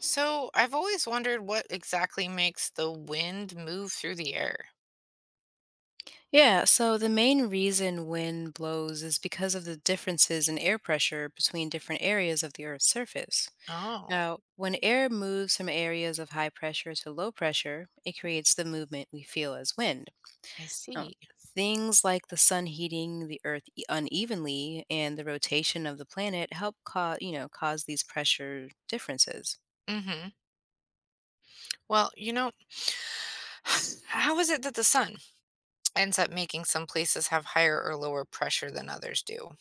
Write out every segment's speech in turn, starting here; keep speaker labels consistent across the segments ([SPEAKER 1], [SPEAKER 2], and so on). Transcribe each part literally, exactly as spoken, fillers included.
[SPEAKER 1] So I've always wondered what exactly makes the wind move through the air.
[SPEAKER 2] Yeah, so the main reason wind blows is because of the differences in air pressure between different areas of the Earth's surface.
[SPEAKER 1] Oh,
[SPEAKER 2] Now, when air moves from areas of high pressure to low pressure, it creates the movement we feel as wind.
[SPEAKER 1] I
[SPEAKER 2] Now,
[SPEAKER 1] see.
[SPEAKER 2] things like the sun heating the Earth e- unevenly and the rotation of the planet help cause, you know, cause these pressure differences.
[SPEAKER 1] Hmm. Well, you know, how is it that the sun ends up making some places have higher or lower pressure than others do?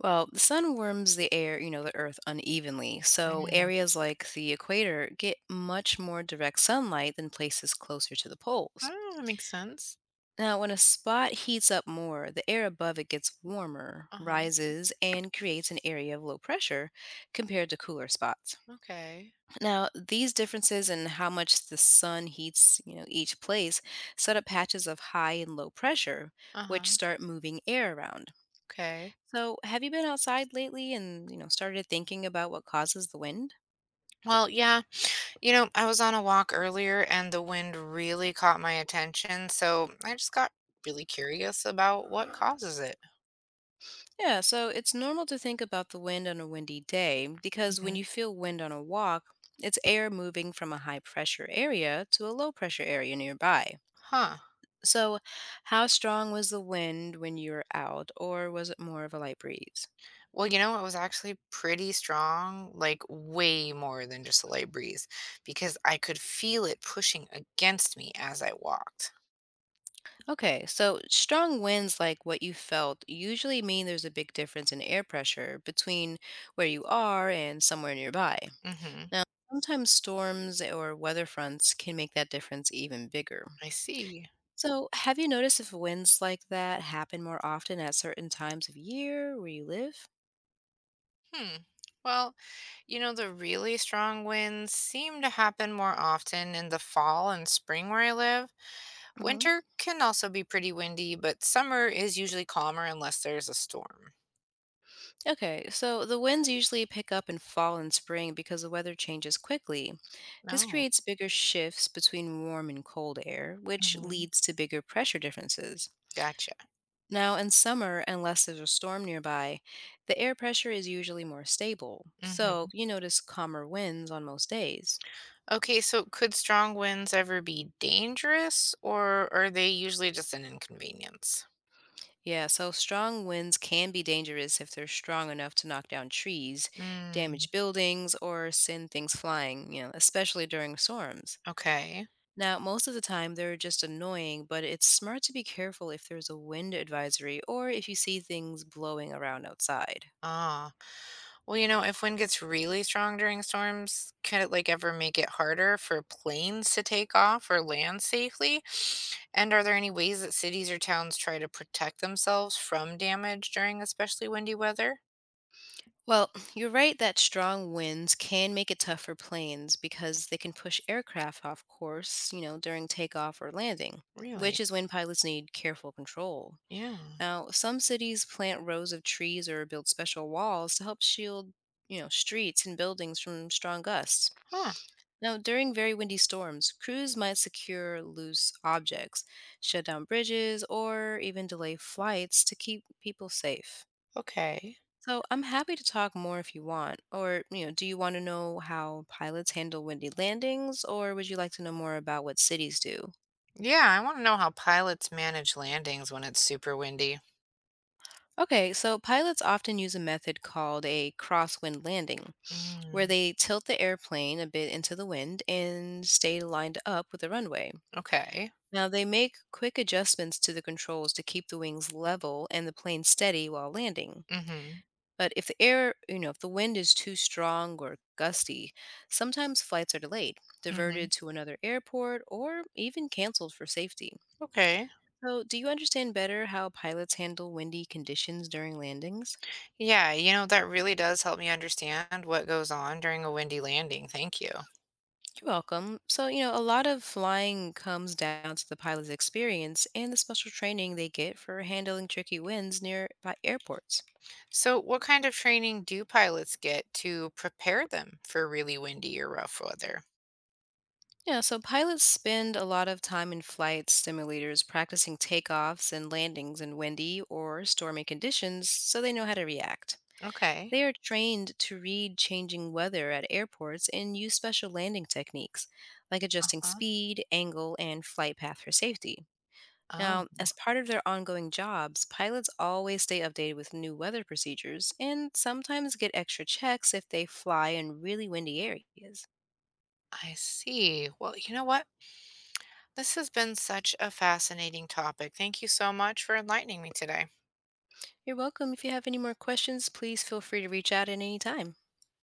[SPEAKER 2] Well, the sun warms the air, you know, the earth unevenly. So
[SPEAKER 1] Mm.
[SPEAKER 2] areas like the equator get much more direct sunlight than places closer to the poles.
[SPEAKER 1] Oh, that makes sense.
[SPEAKER 2] Now, when a spot heats up more, the air above it gets warmer,
[SPEAKER 1] Uh-huh.
[SPEAKER 2] rises, and creates an area of low pressure compared to cooler spots.
[SPEAKER 1] Okay.
[SPEAKER 2] Now, these differences in how much the sun heats, you know, each place, set up patches of high and low pressure,
[SPEAKER 1] Uh-huh.
[SPEAKER 2] which start moving air around.
[SPEAKER 1] Okay.
[SPEAKER 2] So, have you been outside lately and, you know, started thinking about what causes the wind?
[SPEAKER 1] Well, yeah, you know, I was on a walk earlier and the wind really caught my attention, so I just got really curious about what causes it.
[SPEAKER 2] Yeah, so it's normal to think about the wind on a windy day because when you
[SPEAKER 1] Hmm.
[SPEAKER 2] feel wind on a walk, it's air moving from a high pressure area to a low pressure area nearby.
[SPEAKER 1] Huh.
[SPEAKER 2] So, how strong was the wind when you were out, or was it more of a light breeze?
[SPEAKER 1] Well, you know, it was actually pretty strong, like way more than just a light breeze, because I could feel it pushing against me as I walked.
[SPEAKER 2] Okay, so strong winds like what you felt usually mean there's a big difference in air pressure between where you are and somewhere nearby.
[SPEAKER 1] Mm-hmm.
[SPEAKER 2] Now, sometimes storms or weather fronts can make that difference even bigger.
[SPEAKER 1] I see.
[SPEAKER 2] So, have you noticed if winds like that happen more often at certain times of year where you live?
[SPEAKER 1] Hmm. Well, you know, the really strong winds seem to happen more often in the fall and spring where I live.
[SPEAKER 2] Hmm.
[SPEAKER 1] Winter can also be pretty windy, but summer is usually calmer unless there's a storm.
[SPEAKER 2] Okay, so the winds usually pick up and fall in spring because the weather changes quickly. This
[SPEAKER 1] Oh.
[SPEAKER 2] creates bigger shifts between warm and cold air, which
[SPEAKER 1] Hmm.
[SPEAKER 2] leads to bigger pressure differences.
[SPEAKER 1] Gotcha.
[SPEAKER 2] Now, in summer, unless there's a storm nearby, the air pressure is usually more stable, so
[SPEAKER 1] Mm-hmm.
[SPEAKER 2] you notice calmer winds on most days.
[SPEAKER 1] Okay, so could strong winds ever be dangerous, or are they usually just an inconvenience?
[SPEAKER 2] Yeah, so strong winds can be dangerous if they're strong enough to knock down trees,
[SPEAKER 1] Mm,
[SPEAKER 2] damage buildings, or send things flying, you know, especially during storms.
[SPEAKER 1] okay.
[SPEAKER 2] Now, most of the time they're just annoying, but it's smart to be careful if there's a wind advisory or if you see things blowing around outside.
[SPEAKER 1] Ah, well, you know, if wind gets really strong during storms, could it like ever make it harder for planes to take off or land safely? And are there any ways that cities or towns try to protect themselves from damage during especially windy weather?
[SPEAKER 2] Well, you're right that strong winds can make it tough for planes because they can push aircraft off course, you know, during takeoff or landing, which
[SPEAKER 1] Really?
[SPEAKER 2] is when pilots need careful control.
[SPEAKER 1] Yeah.
[SPEAKER 2] Now, some cities plant rows of trees or build special walls to help shield, you know, streets and buildings from strong gusts.
[SPEAKER 1] Huh.
[SPEAKER 2] Now, during very windy storms, crews might secure loose objects, shut down bridges, or even delay flights to keep people safe.
[SPEAKER 1] Okay.
[SPEAKER 2] So, I'm happy to talk more if you want, or, you know, do you want to know how pilots handle windy landings, or would you like to know more about what cities do?
[SPEAKER 1] Yeah, I want to know how pilots manage landings when it's super windy.
[SPEAKER 2] Okay, so pilots often use a method called a crosswind landing, where
[SPEAKER 1] Mm,
[SPEAKER 2] they tilt the airplane a bit into the wind and stay lined up with the runway.
[SPEAKER 1] okay.
[SPEAKER 2] Now, they make quick adjustments to the controls to keep the wings level and the plane steady while landing.
[SPEAKER 1] Mhm,
[SPEAKER 2] But if the air, you know, if the wind is too strong or gusty, sometimes flights are delayed,
[SPEAKER 1] mhm,
[SPEAKER 2] diverted to another airport, or even canceled for safety.
[SPEAKER 1] okay.
[SPEAKER 2] So, do you understand better how pilots handle windy conditions during landings?
[SPEAKER 1] Yeah, you know, that really does help me understand what goes on during a windy landing, thank you.
[SPEAKER 2] You're welcome. So, you know, a lot of flying comes down to the pilot's experience and the special training they get for handling tricky winds near by airports.
[SPEAKER 1] So, what kind of training do pilots get to prepare them for really windy or rough weather?
[SPEAKER 2] Yeah, so pilots spend a lot of time in flight simulators practicing takeoffs and landings in windy or stormy conditions so they know how to react.
[SPEAKER 1] Okay.
[SPEAKER 2] They are trained to read changing weather at airports and use special landing techniques, like adjusting
[SPEAKER 1] Uh-huh.
[SPEAKER 2] speed, angle, and flight path for safety.
[SPEAKER 1] Oh,
[SPEAKER 2] Now, as part of their ongoing jobs, pilots always stay updated with new weather procedures and sometimes get extra checks if they fly in really windy areas.
[SPEAKER 1] I see. Well, you know what? This has been such a fascinating topic. Thank you so much for enlightening me today.
[SPEAKER 2] You're welcome. If you have any more questions, please feel free to reach out at any time.